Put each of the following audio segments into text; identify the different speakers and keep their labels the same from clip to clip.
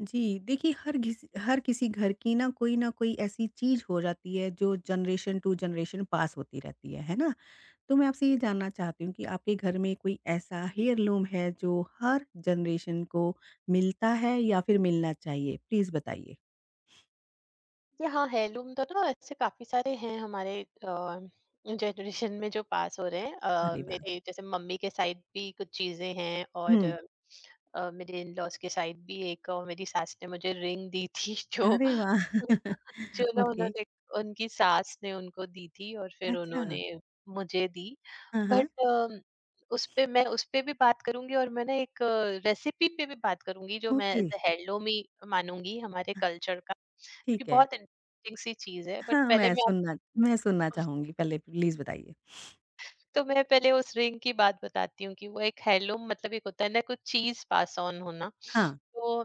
Speaker 1: जी, देखिए हर किसी घर की ना कोई ऐसी चीज़ हो जाती है जो जनरेशन टू जनरेशन पास होती रहती है ना? तो मैं आपसे ये जानना चाहती हूँ कि आपके घर में कोई ऐसा हेयरलूम है जो हर जनरेशन को मिलता है या फिर मिलना चाहिए? प्लीज़ बताइए।
Speaker 2: ये हाँ, हेirloom तो ना ऐसे काफ़ी सारे हैं हमारे जनरेशन में जो पास हो रहे हैं।
Speaker 1: अरे वाह!
Speaker 2: मेरे जैसे मम्मी के साइड भी कुछ चीज़ें हैं और
Speaker 1: हुँ,
Speaker 2: मेरे इन-लॉज़ के साइड भी एक मेरी सास ने मुझे रिंग दी थी
Speaker 1: अरे
Speaker 2: जो
Speaker 1: वाह!
Speaker 2: जो ना
Speaker 1: ओके,
Speaker 2: उन्होंने उनकी सास ने उनको दी थी और फिर
Speaker 1: अच्छा।
Speaker 2: उन्होंने मुझे दी।
Speaker 1: हाँ, हाँ,
Speaker 2: बट उसपे भी बात करूँगी और मैं ना एक रेसिपी पे भी बात करूँगी जो मैं
Speaker 1: ओके,
Speaker 2: एज़ अ हेirloom ही मानूँगी हमारे कल्चर का। क्योंकि
Speaker 1: ठीक है।
Speaker 2: बहुत इंटरेस्टिंग सी चीज़ है बट
Speaker 1: हाँ,
Speaker 2: पहले
Speaker 1: मैं
Speaker 2: मैं
Speaker 1: सुनना
Speaker 2: आपको
Speaker 1: मैं सुनना चाहूँगी पहले प्लीज़ बताइए।
Speaker 2: तो मैं पहले उस रिंग की बात बताती हूँ कि वो एक हैंडलूम मतलब एक होता है ना कुछ चीज़ पास ऑन होना।
Speaker 1: हाँ,
Speaker 2: तो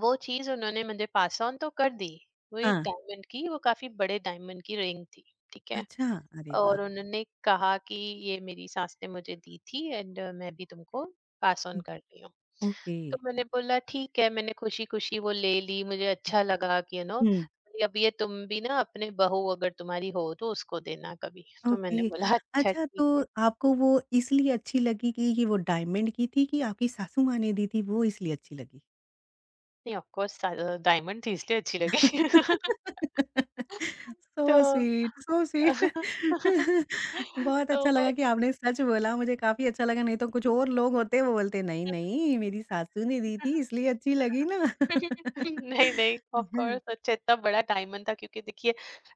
Speaker 2: वो चीज़ उन्होंने मुझे पास ऑन तो कर दी। वो एक
Speaker 1: हाँ,
Speaker 2: डायमंड की, वो काफी बड़े डायमंड की रिंग थी, ठीक है।
Speaker 1: अच्छा, अरे वाह!
Speaker 2: और उन्होंने कहा कि ये मेरी सास ने मुझे दी थी एंड मैं भी तुमको पास ऑन
Speaker 1: हुँ,
Speaker 2: कर रही हूँ।
Speaker 1: ओके।
Speaker 2: तो मैंने बोला ठीक है, मैंने खुशी खुशी वो ले ली। मुझे अच्छा लगा कि यू नो
Speaker 1: हुँ।
Speaker 2: अब ये तुम भी ना अपने बहू, अगर तुम्हारी हो तो उसको देना कभी। तो मैंने
Speaker 1: ओके।
Speaker 2: बोला अच्छा
Speaker 1: अच्छा
Speaker 2: ठीक
Speaker 1: तो
Speaker 2: है।
Speaker 1: आपको वो इसलिए अच्छी लगी कि वो डायमंड की थी कि आपकी सासू माँ ने दी थी वो इसलिए अच्छी लगी?
Speaker 2: नहीं ऑफ कोर्स डायमंड थी इसलिए अच्छी लगी।
Speaker 1: सो
Speaker 2: तो
Speaker 1: स्वीट, सो स्वीट। बहुत अच्छा
Speaker 2: तो
Speaker 1: लगा कि आपने सच बोला मुझे काफ़ी अच्छा लगा नहीं तो कुछ और लोग होते वो बोलते नहीं-नहीं मेरी सासू ने दी थी इसलिए अच्छी लगी ना।
Speaker 2: नहीं, नहीं, ऑफ़
Speaker 1: हाँ,
Speaker 2: कोर्स अच्छा इतना बड़ा डायमंड था, क्योंकि देखिए,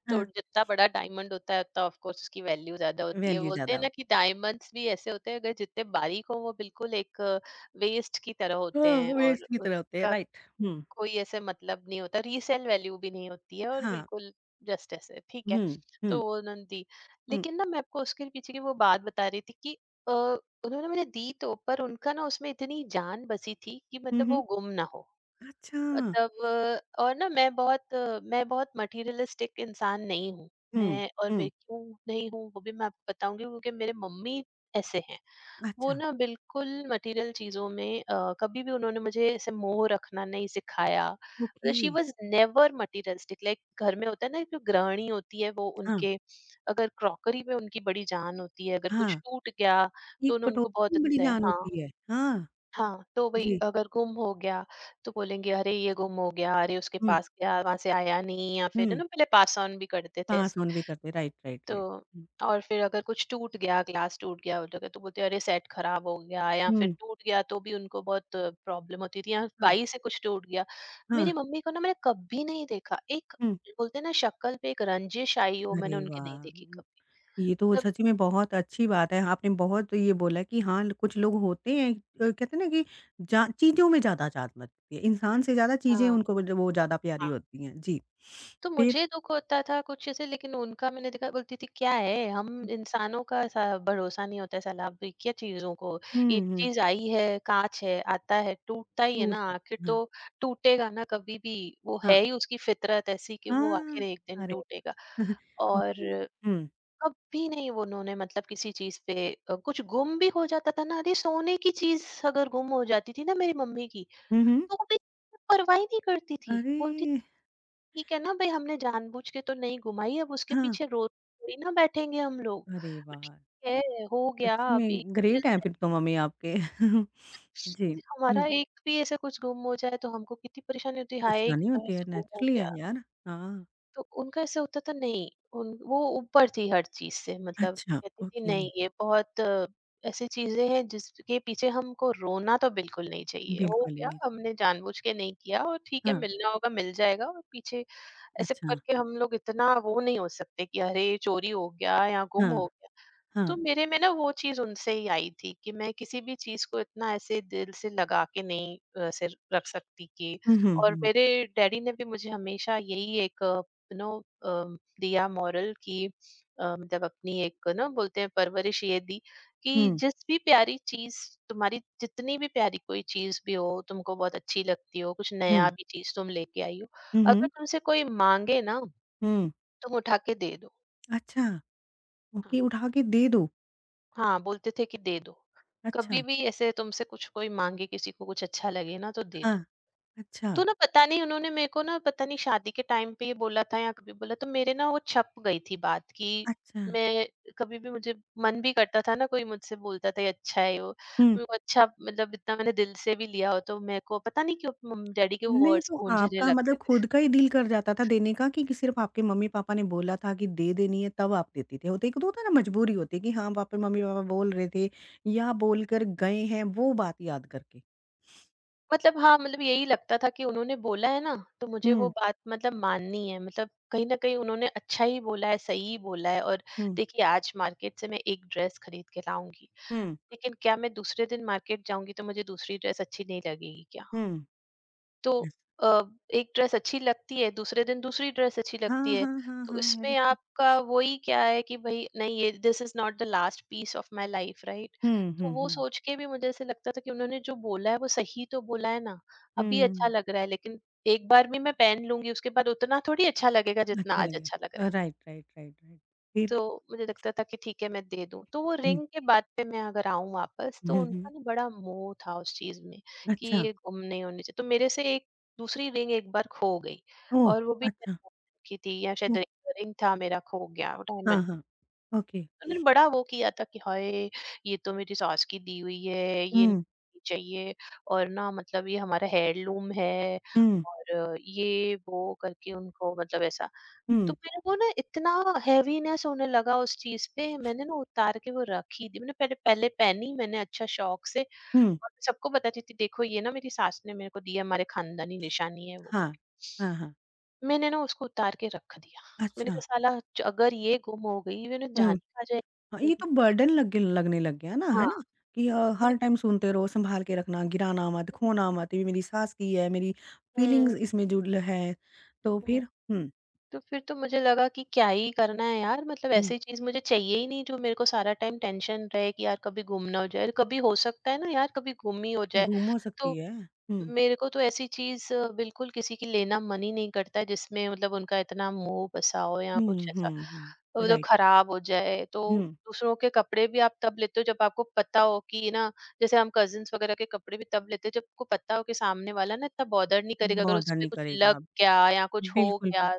Speaker 2: तो
Speaker 1: हाँ,
Speaker 2: जितना बड़ा डायमंड होता है उतना ऑफ़ कोर्स उसकी वैल्यू ज़्यादा होती है।
Speaker 1: वैल्यू
Speaker 2: बोलते
Speaker 1: ज़्यादा
Speaker 2: हैं ना
Speaker 1: होती।
Speaker 2: कि डायमंड्स भी ऐसे होते हैं, अगर जितने बारीक हों वो बिल्कुल एक वेस्ट की तरह होते
Speaker 1: हाँ,
Speaker 2: हैं
Speaker 1: वेस्ट
Speaker 2: और
Speaker 1: की तरह होते हैं,
Speaker 2: उनका
Speaker 1: राइट। हुँ।
Speaker 2: कोई ऐसे मतलब नहीं होता, रीसेल वैल्यू भी नहीं होती है और
Speaker 1: हाँ।
Speaker 2: बिल्कुल जस्ट ऐसे, ठीक है।
Speaker 1: हुँ, हुँ,
Speaker 2: तो वो उन्होंने दी।
Speaker 1: हुँ,
Speaker 2: लेकिन ना मैं आपको उसके पीछे की वो बात बता रही थी कि अ, उन्होंने मुझे दी तो, पर उनका ना उसमें इतनी जान बसी थी कि
Speaker 1: हुँ,
Speaker 2: मतलब वो
Speaker 1: हुँ।
Speaker 2: गुम ना हो।
Speaker 1: अच्छा।
Speaker 2: मतलब और ना मैं बहुत मटेरियलिस्टिक इंसान नहीं हूँ।
Speaker 1: हुँ, हुँ।
Speaker 2: मैं क्यों नहीं हूँ वो भी मैं आपको बताऊंगी, क्योंकि मेरे मम्मी ऐसे हैं। वो
Speaker 1: अच्छा,
Speaker 2: ना बिल्कुल मटेरियल चीजों में कभी भी उन्होंने मुझे ऐसे मोह रखना नहीं सिखाया।
Speaker 1: Okay.
Speaker 2: She was never materialistic, like घर में होता है ना जो गृहिणी होती है वो
Speaker 1: हाँ,
Speaker 2: उनके, अगर क्रॉकरी में उनकी बड़ी जान होती है, अगर कुछ
Speaker 1: हाँ,
Speaker 2: टूट गया
Speaker 1: ये
Speaker 2: तो उन्हें उनको
Speaker 1: कटौती
Speaker 2: बहुत
Speaker 1: भी बड़ी
Speaker 2: अच्छा है।
Speaker 1: जान
Speaker 2: हाँ,
Speaker 1: होती है। हाँ,
Speaker 2: हाँ, तो वही
Speaker 1: जी।
Speaker 2: अगर गुम हो गया तो बोलेंगे अरे ये गुम हो गया, अरे उसके
Speaker 1: हुँ,
Speaker 2: पास गया वहाँ से आया नहीं, या फिर है
Speaker 1: हुँ,
Speaker 2: ना पहले पास ऑन भी करते थे
Speaker 1: पास
Speaker 2: ऐसे।
Speaker 1: ऑन भी करते राइट, राइट, राइट।
Speaker 2: तो
Speaker 1: हुँ,
Speaker 2: और फिर अगर कुछ टूट गया, ग्लास टूट गया, वो लोग तो बोलते हैं अरे सेट खराब हो गया या फिर
Speaker 1: हुँ,
Speaker 2: टूट गया, तो भी उनको बहुत प्रॉब्लम होती थी, या
Speaker 1: हाँ,
Speaker 2: काई से कुछ टूट गया।
Speaker 1: हाँ,
Speaker 2: मेरी मम्मी को ना मैंने कभी नहीं देखा, एक
Speaker 1: हुँ।
Speaker 2: बोलते हैं ना शक्ल पे एक रंजिश आई हो,
Speaker 1: अरे
Speaker 2: मैंने उनकी नहीं देखी
Speaker 1: वाह!
Speaker 2: कभी।
Speaker 1: ये तो
Speaker 2: मतलब
Speaker 1: सच में बहुत अच्छी बात है। आपने बहुत तो ये बोला कि हाँ, कुछ लोग होते हैं कहते हैं ना कि जा चीज़ों में ज़्यादा जात लगती है। इंसान से ज़्यादा चीज़ें
Speaker 2: हाँ।
Speaker 1: उनको वो ज़्यादा प्यारी होती हैं। जी।
Speaker 2: तो
Speaker 1: फिर
Speaker 2: मुझे दुःख होता था कुछ ऐसे, लेकिन उनका मैंने देखा बोलती थी क्या है, हम इंसानों का भरोसा नहीं होता है साला, अब क्या चीजों को। ये
Speaker 1: हुँ, हुँ,
Speaker 2: चीज आई है, कांच है, आता है टूटता ही है
Speaker 1: टूट
Speaker 2: ना आखिर
Speaker 1: जाता
Speaker 2: तो,
Speaker 1: हाँ,
Speaker 2: टूटेगा ना कभी भी, वो
Speaker 1: हाँ,
Speaker 2: है ही उसकी फितरत ऐसी कि वो आखिर
Speaker 1: हाँ।
Speaker 2: एक दिन
Speaker 1: अरे
Speaker 2: टूटेगा।
Speaker 1: ओके।
Speaker 2: और
Speaker 1: हुँ।
Speaker 2: कभी नहीं वो उन्होंने, मतलब किसी चीज पे कुछ गुम भी हो जाता था ना, अरे सोने की चीज अगर गुम हो जाती थी ना मेरी मम्मी की,
Speaker 1: हुँ, हुँ।
Speaker 2: तो वो भी परवाह ही नहीं करती थी।
Speaker 1: अरे!
Speaker 2: बोलती ठीक है ना भाई, हमने जानबूझ के तो नहीं घुमाई, अब उसके
Speaker 1: हाँ।
Speaker 2: पीछे रोज थोड़ी ना बैठेंगे हम लोग।
Speaker 1: अरे
Speaker 2: तो ठीक
Speaker 1: वाह!
Speaker 2: है हो
Speaker 1: सच
Speaker 2: गया अभी,
Speaker 1: में ग्रेट हैं फिर तो मम्मी आपके। जी।
Speaker 2: क्योंकि
Speaker 1: हुँ,
Speaker 2: हमारा एक भी ऐसे कुछ गुम हो जाए तो हमको कितनी परेशानी होती है, हाय
Speaker 1: परेशानी
Speaker 2: कहाँ
Speaker 1: होती है
Speaker 2: से गुम हो
Speaker 1: नेचुरली है
Speaker 2: गया।
Speaker 1: यार। हाँ।
Speaker 2: तो उनका ऐसे होता था नहीं, उन वो ऊपर थी हर चीज से मतलब।
Speaker 1: अच्छा,
Speaker 2: कहती थी
Speaker 1: ओके।
Speaker 2: नहीं ये बहुत ऐसी चीजें हैं जिसके पीछे हमको रोना तो बिल्कुल नहीं चाहिए, हो
Speaker 1: बिल्कुल
Speaker 2: गया
Speaker 1: भी।
Speaker 2: हमने जानबूझ के नहीं किया और ठीक है,
Speaker 1: हाँ,
Speaker 2: मिलना होगा मिल जाएगा। और पीछे ऐसे
Speaker 1: अच्छा।
Speaker 2: करके हम लोग इतना वो नहीं हो सकते कि अरे चोरी हो गया या गुम
Speaker 1: हाँ,
Speaker 2: हो गया। तो
Speaker 1: हाँ।
Speaker 2: मेरे में ना वो चीज उनसे ही आई थी कि मैं किसी भी चीज को इतना ऐसे दिल से लगा के नहीं ऐसे रख सकती कि।
Speaker 1: हुँ, हुँ,
Speaker 2: और
Speaker 1: हुँ।
Speaker 2: मेरे डैडी ने भी मुझे हमेशा यही एक यू नो दिया मॉरल कि मतलब अपनी एक ना बोलते हैं परवरिश ये दी, कि
Speaker 1: हुँ,
Speaker 2: जिस भी प्यारी चीज तुम्हारी, जितनी भी प्यारी कोई चीज भी हो, तुमको बहुत अच्छी लगती हो, कुछ
Speaker 1: हुँ।
Speaker 2: नया भी चीज तुम लेके आई हो,
Speaker 1: हुँ,
Speaker 2: अगर
Speaker 1: हुँ।
Speaker 2: तुमसे कोई मांगे ना,
Speaker 1: हुँ।
Speaker 2: तुम उठा के दे दो।
Speaker 1: अच्छा,
Speaker 2: हाँ।
Speaker 1: ओके उठा के दे दो।
Speaker 2: हाँ, बोलते थे कि दे दो।
Speaker 1: अच्छा,
Speaker 2: कभी भी ऐसे तुमसे कुछ कोई माँगे, किसी को कुछ अच्छा लगे ना तो दे
Speaker 1: हाँ,
Speaker 2: दो। तो
Speaker 1: अच्छा,
Speaker 2: ना पता नहीं उन्होंने मेरे को ना पता नहीं शादी के टाइम पे ये बोला था या कभी बोला, तो मेरे ना वो छप गई थी बात कि
Speaker 1: अच्छा।
Speaker 2: मैं कभी भी, मुझे मन भी करता था ना कोई मुझसे बोलता था ये अच्छा है वो,
Speaker 1: हुँ।
Speaker 2: मैं वो अच्छा मतलब इतना मैंने दिल से भी लिया हो तो मेरे को पता नहीं क्यों मम-डैडी के वो
Speaker 1: नहीं
Speaker 2: वर्ड्स
Speaker 1: तो
Speaker 2: गूँजने
Speaker 1: आपका मतलब
Speaker 2: लगते थे।
Speaker 1: खुद का ही दिल कर जाता था देने का कि सिर्फ़ आपके मम्मी-पापा ने बोला था कि दे देनी है तब आप देती थे? होता एक तो होता है ना मजबूरी होती है कि हाँ, पापा मम्मी-पापा बोल रहे थे या बोलकर गए हैं वो बात याद करके।
Speaker 2: मतलब हाँ, मतलब यही लगता था कि उन्होंने बोला है ना, तो मुझे वो
Speaker 1: हुँ,
Speaker 2: बात मतलब माननी है। मतलब कहीं न कहीं उन्होंने अच्छा ही बोला है, सही ही बोला है। और
Speaker 1: हुँ,
Speaker 2: देखिए, आज मार्केट से मैं एक ड्रेस खरीद के लाऊँगी,
Speaker 1: हुँ,
Speaker 2: लेकिन क्या मैं दूसरे दिन मार्केट जाऊँगी तो मुझे दूसरी ड्रेस अच्छी नहीं लगेगी क्या?
Speaker 1: हुँ।
Speaker 2: तो
Speaker 1: यस।
Speaker 2: अ, एक ड्रेस अच्छी लगती है, दूसरे दिन दूसरी ड्रेस अच्छी लगती
Speaker 1: हाँ,
Speaker 2: है।
Speaker 1: हाँ, हाँ,
Speaker 2: तो
Speaker 1: हाँ, मेरी
Speaker 2: इसमें
Speaker 1: तो
Speaker 2: आपका वही क्या है कि भई नहीं ये, this is not the last piece of my life right?
Speaker 1: हुँ,
Speaker 2: तो
Speaker 1: हुँ,
Speaker 2: वो
Speaker 1: हुँ,
Speaker 2: सोच के भी मुझे ऐसे लगता था कि उन्होंने जो बोला है वो सही तो बोला है ना, अभी अच्छा
Speaker 1: हुँ।
Speaker 2: लग रहा है, लेकिन एक बार भी मैं पहन लूँगी उसके बाद उतना थोड़ी अच्छा लगेगा जितना
Speaker 1: अच्छा
Speaker 2: आज
Speaker 1: लगा।
Speaker 2: अच्छा लग रहा है।
Speaker 1: Right, right, right, right. फिर?
Speaker 2: तो मुझे लगता था कि ठीक है मैं दे दूँ। तो वो
Speaker 1: हुँ,
Speaker 2: रिंग के बात पे मैं अगर आऊँ वापस, तो
Speaker 1: हुँ,
Speaker 2: उनका
Speaker 1: हुँ।
Speaker 2: ना बड़ा मोह था उस चीज़ में कि
Speaker 1: अच्छा।
Speaker 2: ये गुम नहीं होनी चाहिए। तो मेरे से एक दूसरी रिंग एक बार खो गई,
Speaker 1: ओह!
Speaker 2: और वो भी
Speaker 1: अच्छा।
Speaker 2: diamond की थी, या शायद
Speaker 1: ओह!
Speaker 2: रिंग था मेरा खो गया
Speaker 1: हाँ,
Speaker 2: डायमंड।
Speaker 1: हाँ। ओके।
Speaker 2: उन्होंने बड़ा वो किया था कि हाय! ये तो मेरी सास की दी हुई है, ये
Speaker 1: हुँ,
Speaker 2: नहीं चाहिए और ना, मतलब ये हमारा हेयरलूम है,
Speaker 1: हुँ,
Speaker 2: और ये वो करके उनको मतलब ऐसा। तो
Speaker 1: हुँ,
Speaker 2: मेरे को ना इतना हेवीनेस होने लगा उस चीज पे, मैंने ना उतार के वो रख ही दी। मैंने पहले पहले पहनी, मैंने अच्छा शौक से,
Speaker 1: हुँ।
Speaker 2: और मैं सबको बताती थी देखो ये ना मेरी सास ने मेरे को दिया, हमारे खानदानी निशानी है वो
Speaker 1: हाँ।
Speaker 2: करके।
Speaker 1: हाँ, हाँ।
Speaker 2: मैंने ना उसको उतार के रख दिया। मैंने
Speaker 1: अच्छा,
Speaker 2: कहा साला अगर ये गुम हो गई, मैंने जान
Speaker 1: हुँ।
Speaker 2: ही खा
Speaker 1: हाँ,
Speaker 2: जाएगी
Speaker 1: ये
Speaker 2: मेरी।
Speaker 1: तो बर्डन लग लगने लग गया ना, है
Speaker 2: हाँ
Speaker 1: ना? कि
Speaker 2: मैंने,
Speaker 1: हर टाइम सुनते रहो, संभाल के रखना, गिराना मत, खोना मत, ये मेरी सास की है, मेरी
Speaker 2: हम्म
Speaker 1: फीलिंग्स इसमें जुड़ है। तो
Speaker 2: हम्म,
Speaker 1: फिर हुँ,
Speaker 2: तो फिर तो मुझे लगा कि क्या ही करना है यार, मतलब
Speaker 1: हुँ,
Speaker 2: ऐसी चीज मुझे चाहिए ही नहीं जो मेरे को सारा टाइम टेंशन रहे कि यार कभी गुम ना हो जाए, कभी हो सकता है ना यार कभी गुम ही हो जाए।
Speaker 1: गुम हो सकती
Speaker 2: तो
Speaker 1: है। हुँ,
Speaker 2: मेरे को तो ऐसी चीज बिल्कुल किसी की लेना मन ही नहीं करता है जिसमें मतलब उनका इतना मोह बसा हो, या कुछ
Speaker 1: हुँ,
Speaker 2: ऐसा
Speaker 1: हुँ, हुँ,
Speaker 2: मतलब
Speaker 1: राइट।
Speaker 2: खराब हो जाए तो।
Speaker 1: हुँ,
Speaker 2: दूसरों के कपड़े भी आप तब लेते हो जब आपको पता हो कि ना, जैसे हम कजिन्स वगैरह के कपड़े भी तब लेते हैं जब आपको पता हो कि सामने वाला ना इतना बॉदर नहीं करेगा अगर उस
Speaker 1: बॉदर
Speaker 2: पे
Speaker 1: नहीं
Speaker 2: कुछ
Speaker 1: करेगा
Speaker 2: लग
Speaker 1: अब।
Speaker 2: गया या कुछ हो
Speaker 1: बिल्कुल, बिल्कुल,
Speaker 2: गया।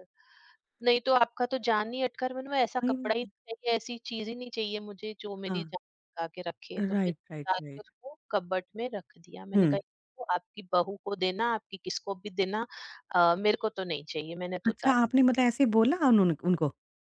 Speaker 2: नहीं तो आपका तो जान नहीं अटका। और मैंने बोला, ऐसा
Speaker 1: सही बात
Speaker 2: कपड़ा ही
Speaker 1: है।
Speaker 2: नहीं चाहिए, ऐसी चीज़ ही नहीं चाहिए मुझे जो
Speaker 1: हाँ,
Speaker 2: मेरी जान अटका के रखे। तो मैंने
Speaker 1: राइट, राइट,
Speaker 2: निकाल के
Speaker 1: राइट।
Speaker 2: उसको कबर्ड में रख दिया। मैंने
Speaker 1: हुँ,
Speaker 2: कहा इसको आपकी बहू को देना, आपकी किसको भी देना, मेरे को तो नहीं चाहिए, मैंने तो
Speaker 1: अच्छा
Speaker 2: उतार।
Speaker 1: आपने मतलब ऐसे बोला उन्होंने उनको?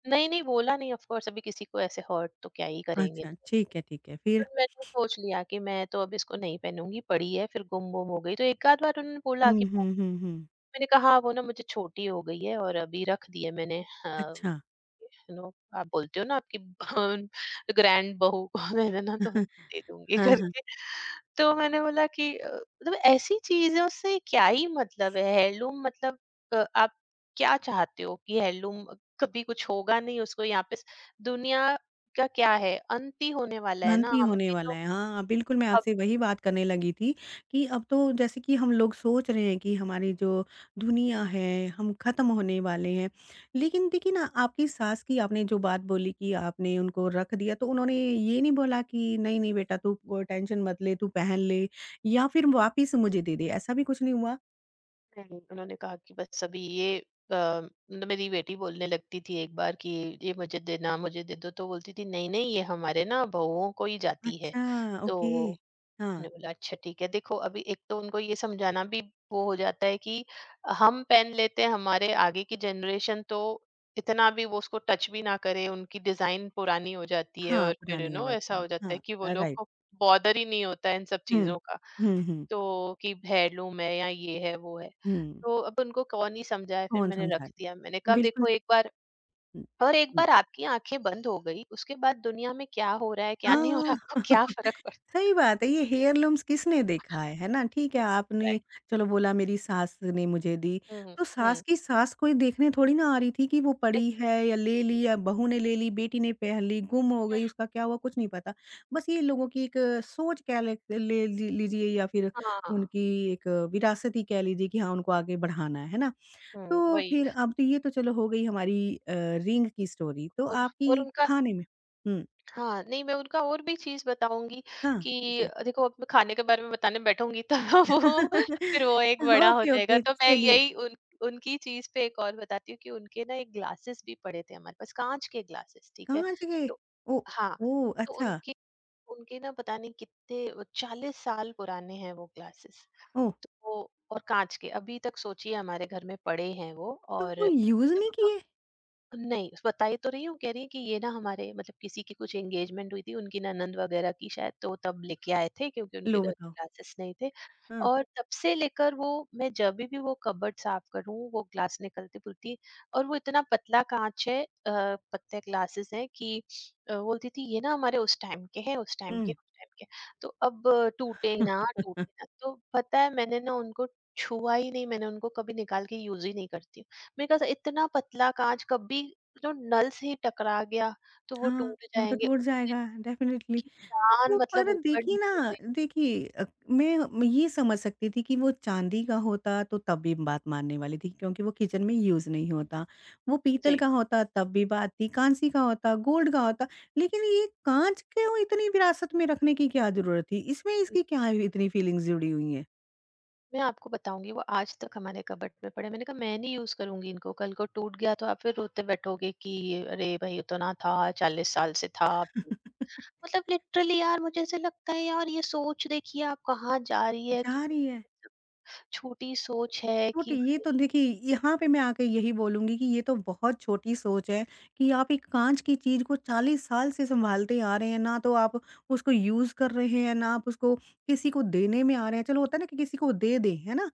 Speaker 2: नहीं, नहीं बोला नहीं ऑफ कोर्स, अभी किसी को ऐसे हर्ट तो क्या ही करेंगे।
Speaker 1: अच्छा, ठीक है, फिर?
Speaker 2: पर मैंने सोच लिया कि मैं तो अब इसको नहीं पहनूँगी, पड़ी है फिर, गुम-वुम हो गई। तो एक आध बार उन्होंने बोला कि
Speaker 1: हुँ, हुँ, हुँ, हुँ।
Speaker 2: मैंने कहा हाँ, वो ना मुझे छोटी हो गई है और अभी रख दी है मैंने। हाँ।
Speaker 1: अच्छा।
Speaker 2: यू नो आप बोलते हो ना आपकी ग्रैंड बहू को मैंने ना तो दे दूंगी
Speaker 1: हाँ, हाँ।
Speaker 2: करके। तो मैंने बोला कि मतलब ऐसी चीजों से क्या ही मतलब है, हेirloom मतलब आप क्या चाहते हो कि हेirloom कभी कुछ होगा नहीं उसको यहाँ पे दुनिया का क्या है, अंत ही होने वाला है ना,
Speaker 1: भ्रांति
Speaker 2: हम
Speaker 1: होने
Speaker 2: भी
Speaker 1: वाला
Speaker 2: तो।
Speaker 1: है। हाँ, बिल्कुल मैं आपसे वही बात करने लगी थी कि अब तो जैसे कि हम लोग सोच रहे हैं कि हमारी जो दुनिया है, हम ख़त्म होने वाले हैं। लेकिन देखिए ना, आपकी सास की आपने जो बात बोली कि आपने उनको रख दिया, तो उन्होंने ये नहीं बोला कि नहीं-नहीं बेटा तू टेंशन मत ले, तू पहन ले या फिर वापिस मुझे दे दे, ऐसा भी कुछ नहीं हुआ?
Speaker 2: नहीं, उन्होंने कहा कि बस अभी ये मतलब मेरी बेटी बोलने लगती थी एक बार कि ये मुझे देना, मुझे दे दो, तो बोलती थी। नहीं नहीं ये हमारे ना बहुओं को ही जाती है।
Speaker 1: अच्छा,
Speaker 2: तो
Speaker 1: ओके। हाँ,
Speaker 2: मैंने बोला, अच्छा ठीक है, देखो अभी एक तो उनको ये समझाना भी वो हो जाता है कि हम पेन लेते हैं, हमारे आगे की जनरेशन तो इतना भी वो उसको टच भी ना करे। उनकी डिजाइन पुरानी हो जाती है
Speaker 1: हाँ,
Speaker 2: और फिर यू
Speaker 1: पुरानी हो
Speaker 2: नो ऐसा
Speaker 1: जाती है।
Speaker 2: हो जाता
Speaker 1: हाँ,
Speaker 2: है कि वो लोग
Speaker 1: राइट।
Speaker 2: को बॉदर ही नहीं होता है इन सब
Speaker 1: हुँ।
Speaker 2: चीजों का,
Speaker 1: हुँ, हुँ,
Speaker 2: तो कि हेirloom है या ये है, वो है।
Speaker 1: हुँ।
Speaker 2: तो अब उनको कौन ही समझाए। फिर
Speaker 1: कौन
Speaker 2: मैंने
Speaker 1: समझा
Speaker 2: रख
Speaker 1: ले?
Speaker 2: दिया। मैंने कहा, देखो
Speaker 1: बिल्कुल
Speaker 2: एक बार,
Speaker 1: हुँ,
Speaker 2: और एक
Speaker 1: हुँ।
Speaker 2: बार आपकी आँखें बंद हो गई, उसके बाद दुनिया में क्या हो रहा है, क्या नहीं हो रहा है, आपको
Speaker 1: हाँ।
Speaker 2: क्या फ़र्क पड़ता
Speaker 1: सही
Speaker 2: है?
Speaker 1: बात है, ये हेयरलूम्स किसने देखा है ना? ठीक है, आपने
Speaker 2: राइट।
Speaker 1: चलो बोला मेरी सास ने मुझे दी,
Speaker 2: हुँ,
Speaker 1: तो सास
Speaker 2: हुँ,
Speaker 1: की सास कोई देखने थोड़ी ना आ रही थी कि वो पड़ी है या
Speaker 2: एग्ज़ैक्टली।
Speaker 1: ले ली या बहू ने ले ली, बेटी ने पहन ली, गुम हो
Speaker 2: हुँ,
Speaker 1: गई, उसका क्या हुआ कुछ नहीं पता। बस ये लोगों की एक सोच कह ले ले ली लीजिए या फिर
Speaker 2: हाँ,
Speaker 1: उनकी एक विरासत ही कह लीजिए कि हाँ, उनको आगे बढ़ाना है ना?
Speaker 2: हुँ,
Speaker 1: तो
Speaker 2: वही।
Speaker 1: फिर अब तो ये तो चलो हो गई हमारी रिंग की स्टोरी, तो
Speaker 2: और
Speaker 1: आपकी
Speaker 2: उनका।
Speaker 1: खाने में हुँ,
Speaker 2: हाँ, नहीं मैं उनका और भी चीज़ बताऊँगी
Speaker 1: हाँ।
Speaker 2: कि देखो अब मैं खाने के बारे में बताने बैठूँगी तो वो फिर वो एक बड़ा हो
Speaker 1: ओके,
Speaker 2: जाएगा।
Speaker 1: ओके,
Speaker 2: तो मैं
Speaker 1: चलिए।
Speaker 2: यही उन उनकी चीज़ पे एक और बताती हूँ कि उनके ना एक ग्लासेस भी पड़े थे हमारे पास, काँच के ग्लासेस, ठीक है?
Speaker 1: काँच के?
Speaker 2: तो
Speaker 1: ओ
Speaker 2: हाँ,
Speaker 1: ओह!
Speaker 2: तो
Speaker 1: अच्छा।
Speaker 2: उनके उनके ना पता नहीं कितने 40 साल पुराने हैं वो ग्लासेस।
Speaker 1: ओह!
Speaker 2: तो वो और काँच के, अभी तक सोचिए हमारे घर में पड़े हैं वो
Speaker 1: तो वो
Speaker 2: और
Speaker 1: यूज़ नहीं किए?
Speaker 2: नहीं, बताई तो रही हूँ, कह रही है कि ये ना हमारे मतलब किसी की कुछ एंगेजमेंट हुई थी, उनकी ननंद वगैरह की शायद, तो तब लेके आए थे क्योंकि उनके
Speaker 1: लो
Speaker 2: घर में
Speaker 1: बताओ।
Speaker 2: ग्लासेस नहीं थे।
Speaker 1: हाँ।
Speaker 2: और तब से लेकर वो मैं जभी भी वो कबर्ड साफ करूँ, वो ग्लास निकलती-पुलती और वो इतना पतला काँच है, पतले ग्लासेस हैं कि बोलती थी, "ये ना हमारे उस टाइम के हैं, उस टाइम के,
Speaker 1: हुँ।
Speaker 2: उस टाइम के। तो अब टूटे ना, टूटे ना।" तो पता है मैंने ना उनको छुआ ही नहीं, मैंने उनको कभी निकाल के यूज़ ही नहीं करती हूँ। मेरे ख्याल से इतना पतला कांच कभी जो नल से ही टकरा गया तो वो
Speaker 1: हाँ,
Speaker 2: टूट
Speaker 1: वो तो
Speaker 2: जाएँगे।
Speaker 1: टूट जाएगा डेफ़िनेटली।
Speaker 2: उनकी जान
Speaker 1: वो
Speaker 2: मतलब
Speaker 1: पर देखिए
Speaker 2: ऊपर-नीचे
Speaker 1: ना,
Speaker 2: हुई।
Speaker 1: देखिए मैं ये समझ सकती थी कि वो चांदी का होता तो तब भी बात मानने वाली थी क्योंकि वो किचन में यूज़ नहीं होता। वो पीतल
Speaker 2: जी।
Speaker 1: का होता तब भी बात थी, काँसी का होता, गोल्ड का होता, लेकिन ये काँच क्यों इतनी विरासत में रखने की क्या ज़रूरत थी? इसमें इसकी क्या इतनी फीलिंग्स जुड़ी हुई हैं?
Speaker 2: मैं आपको बताऊँगी वो आज तक हमारे कबर्ड में पड़े हैं। मैंने कहा, मैं नहीं यूज़ करूँगी इनको, कल को टूट गया तो आप फिर रोते बैठोगे कि अरे भई ये तो ना था, 40 साल से था। मतलब लिटरली यार, मुझे ऐसा लगता है यार, ये सोच देखिए आप कहाँ जा रही है,
Speaker 1: जा
Speaker 2: कितनी
Speaker 1: रही है।
Speaker 2: मतलब छोटी सोच है कि
Speaker 1: छोटी ये
Speaker 2: भाई।
Speaker 1: तो देखिए यहाँ पे मैं आके यही बोलूँगी कि ये तो बहुत छोटी सोच है कि आप एक काँच की चीज़ को 40 साल से सँभालते आ रहे हैं, ना तो आप उसको यूज़ कर रहे हैं, ना आप उसको किसी को देने में आ रहे हैं। चलो होता है ना कि किसी को दे दें, है ना?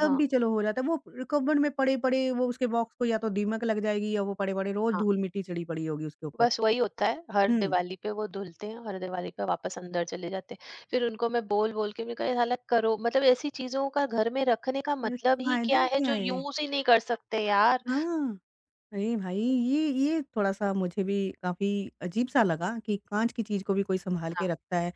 Speaker 1: तब
Speaker 2: हाँ,
Speaker 1: भी चलो हो जाता है। वो कबर्ड में पड़े-पड़े वो उसके बॉक्स को या तो दीमक लग जाएगी या वो पड़े-पड़े रोज़
Speaker 2: हाँ।
Speaker 1: धूल-मिट्टी चढ़ी पड़ी होगी उसके ऊपर।
Speaker 2: बस वही होता है, हर
Speaker 1: हुँ,
Speaker 2: दिवाली पे वो धुलते हैं, हर दिवाली पे वापस अंदर चले जाते हैं। फिर उनको मैं बोल-बोल के मैंने कहा, "ये साला करो।" मतलब ऐसी चीज़ों का घर में रखने का मतलब ही क्या
Speaker 1: फ़ायदा
Speaker 2: है
Speaker 1: क्या
Speaker 2: जो
Speaker 1: है?
Speaker 2: यूज़ ही नहीं कर सकते यार।
Speaker 1: हाँ। अरे भाई! ये थोड़ा-सा मुझे भी काफ़ी अजीब-सा लगा कि काँच की चीज़ को भी कोई सँभाल के
Speaker 2: हाँ।
Speaker 1: रखता है।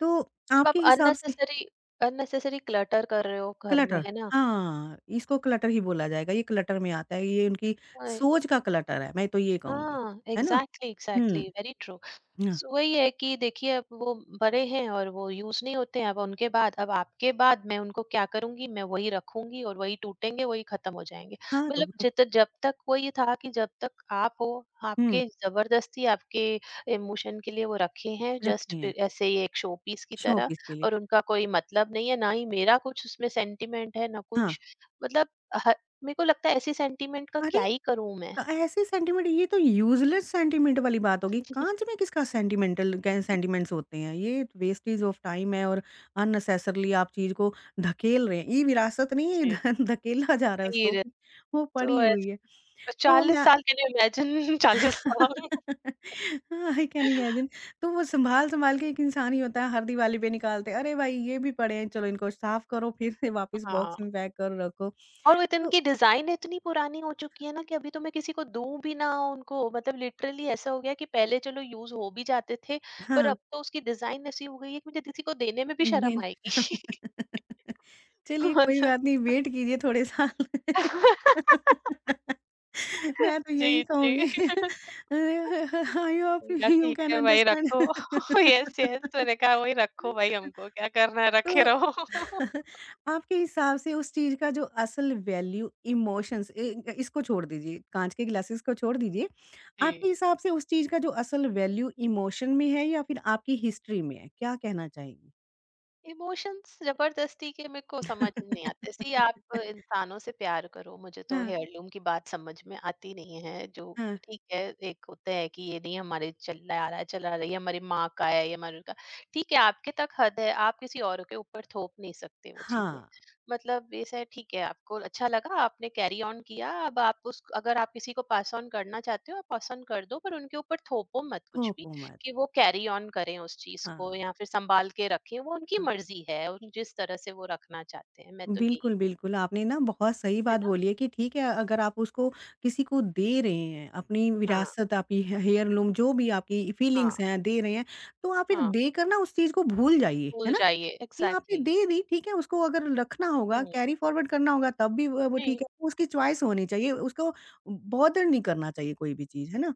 Speaker 1: तो
Speaker 2: मतलब आप
Speaker 1: आपके हिसाब से
Speaker 2: अननेसेसरी अननेसेसरी क्लटर कर रहे हो घर में,
Speaker 1: क्लटर
Speaker 2: है ना?
Speaker 1: हाँ, इसको क्लटर ही बोला जाएगा, ये क्लटर में आता है, ये उनकी
Speaker 2: अय,
Speaker 1: सोच का क्लटर है, मैं तो ये कहूँगी।
Speaker 2: हाँ,
Speaker 1: है ना?
Speaker 2: एग्जैक्टली,
Speaker 1: हुँ,
Speaker 2: एग्जैक्टली, वेरी ट्रू।
Speaker 1: हाँ।
Speaker 2: सो वही है कि देखिए अब वो बड़े हैं और वो यूज़ नहीं होते हैं, अब उनके बाद अब आपके बाद मैं उनको क्या करूँगी। मैं वही रखूँगी और वही टूटेंगे, वही खत्म हो जाएँगे।
Speaker 1: हाँ, तो
Speaker 2: मतलब
Speaker 1: वो तो
Speaker 2: जित जब तक वो ये था कि जब तक आप हो,
Speaker 1: हुँ,
Speaker 2: आपके ज़बरदस्ती आपके इमोशन के लिए वो रखे हैं
Speaker 1: रखे
Speaker 2: जस्ट प
Speaker 1: हैं
Speaker 2: ऐसे ही एक शो पीस की
Speaker 1: शो
Speaker 2: तरह,
Speaker 1: पीस के लिए।
Speaker 2: और उनका कोई मतलब नहीं है, ना ही मेरा कुछ उसमें सेंटिमेंट है, ना
Speaker 1: हाँ,
Speaker 2: कुछ मतलब ह मेरे को लगता है ऐसे सेंटिमेंट का
Speaker 1: अरे!
Speaker 2: क्या ही करूँ मैं?
Speaker 1: क- ऐसे सेंटीमेंट ये तो यूजलेस सेंटीमेंट वाली बात होगी कांच में किसका सेंटीमेंटल सेंटीमेंट्स होते हैं ये तो वेस्टेज ऑफ टाइम है और अननेसेसरली आप चीज को धकेल रहे हैं ये विरासत नहीं है ये धकेला जा रहा है उसको
Speaker 2: तीर
Speaker 1: वो
Speaker 2: तो
Speaker 1: पड़ी हुई है
Speaker 2: ऐसे
Speaker 1: तो
Speaker 2: 40
Speaker 1: मैं
Speaker 2: साल कैन यू इमेजिन 40 साल।
Speaker 1: आई कैन इमेजिन तो वो संभाल संभाल के एक इंसान ही होता है हर दिवाली पे निकालते हैं, अरे भाई ये भी पड़े हैं चलो इनको साफ करो फिर से वापस
Speaker 2: हाँ,
Speaker 1: बॉक्स में पैक कर रखो
Speaker 2: और वो
Speaker 1: तो
Speaker 2: इनकी डिजाइन इतनी पुरानी हो चुकी है ना कि अभी तो मैं किसी को दूं भी ना उनको, मतलब लिटरली ऐसा हो गया कि पहले चलो यूज हो भी जाते थे, पर
Speaker 1: हाँ
Speaker 2: अब तो उसकी डिजाइन ऐसी हो गई है कि मुझे किसी को देने में भी
Speaker 1: दिन
Speaker 2: शर्म आएगी।
Speaker 1: चलिए कोई
Speaker 2: मतलब
Speaker 1: बात नहीं, वेट कीजिए थोड़े साल। मैं तो यही
Speaker 2: जी,
Speaker 1: कहूँगी
Speaker 2: जी।
Speaker 1: आई होप
Speaker 2: मैंने कहा
Speaker 1: यू
Speaker 2: ठीक
Speaker 1: कैन
Speaker 2: है भाई
Speaker 1: अंडरस्टैंड।
Speaker 2: रखो। यस, यस, मैंने कहा वही रखो भाई हमको क्या करना है रखे
Speaker 1: तो
Speaker 2: रहो।
Speaker 1: आपके हिसाब से उस चीज़ का जो असल वैल्यू इमोशंस इ इसको छोड़ दीजिए, काँच के ग्लासेस को छोड़ दीजिए।
Speaker 2: जी।
Speaker 1: आपके हिसाब से उस चीज़ का जो असल वैल्यू इमोशन में है या फिर आपकी हिस्ट्री में है? क्या कहना चाहेंगी?
Speaker 2: इमोशंस जबरदस्ती के मेरे को समझ नहीं आते, सी आप इंसानों से प्यार करो, मुझे तो
Speaker 1: हाँ,
Speaker 2: हेयरलूम की बात समझ में आती नहीं है। जो
Speaker 1: हाँ।
Speaker 2: ठीक है, एक होता है कि ये नहीं हमारे चला आ रहा है, चला रही है, हमारी माँ का है ये, हमारे का ठीक है, आपके तक हद है, आप किसी और के ऊपर थोप नहीं सकते वो चीजें।
Speaker 1: हाँ।
Speaker 2: मतलब ये है, ठीक है, आपको अच्छा लगा, आपने कैरी ऑन किया, अब आप उस अगर आप किसी को पास ऑन करना चाहते हो आप पास ऑन कर दो, पर उनके ऊपर थोपो मत कुछ भी
Speaker 1: थोपो मत।
Speaker 2: कि वो कैरी ऑन करें उस चीज को
Speaker 1: हाँ,
Speaker 2: या फिर संभाल के रखें। वो उनकी
Speaker 1: हाँ।
Speaker 2: मर्जी है और जिस तरह से वो रखना चाहते हैं, मैं तो यही,
Speaker 1: बिल्कुल, बिल्कुल, आपने ना बहुत सही
Speaker 2: है
Speaker 1: बात
Speaker 2: ना?
Speaker 1: बोली है कि ठीक है अगर आप उसको किसी को दे रहे हैं, अपनी
Speaker 2: हाँ,
Speaker 1: विरासत आपकी हे हेयरलूम जो भी आपकी
Speaker 2: हाँ,
Speaker 1: फीलिंग्स हैं, दे रहे हैं, तो आप फिर
Speaker 2: हाँ,
Speaker 1: देकर ना उस चीज़ को भूल जाइए, है
Speaker 2: भूल
Speaker 1: ना?
Speaker 2: जाइए,
Speaker 1: कि आपने
Speaker 2: एग्ज़ैक्टली।
Speaker 1: दे दी, ठीक है, उसको अगर रखना होगा,
Speaker 2: हुँ,
Speaker 1: कैरी फॉरवर्ड करना होगा तब भी वो ठीक
Speaker 2: जी।
Speaker 1: है, तो उसकी चॉइस होनी चाहिए, उसको बॉदर नहीं करना चाहिए कोई भी चीज़, है ना?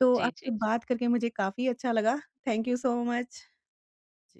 Speaker 1: तो
Speaker 2: जी,
Speaker 1: आपसे
Speaker 2: जी।
Speaker 1: बात करके मुझे काफ़ी अच्छा लगा। Thank you so much. Ji.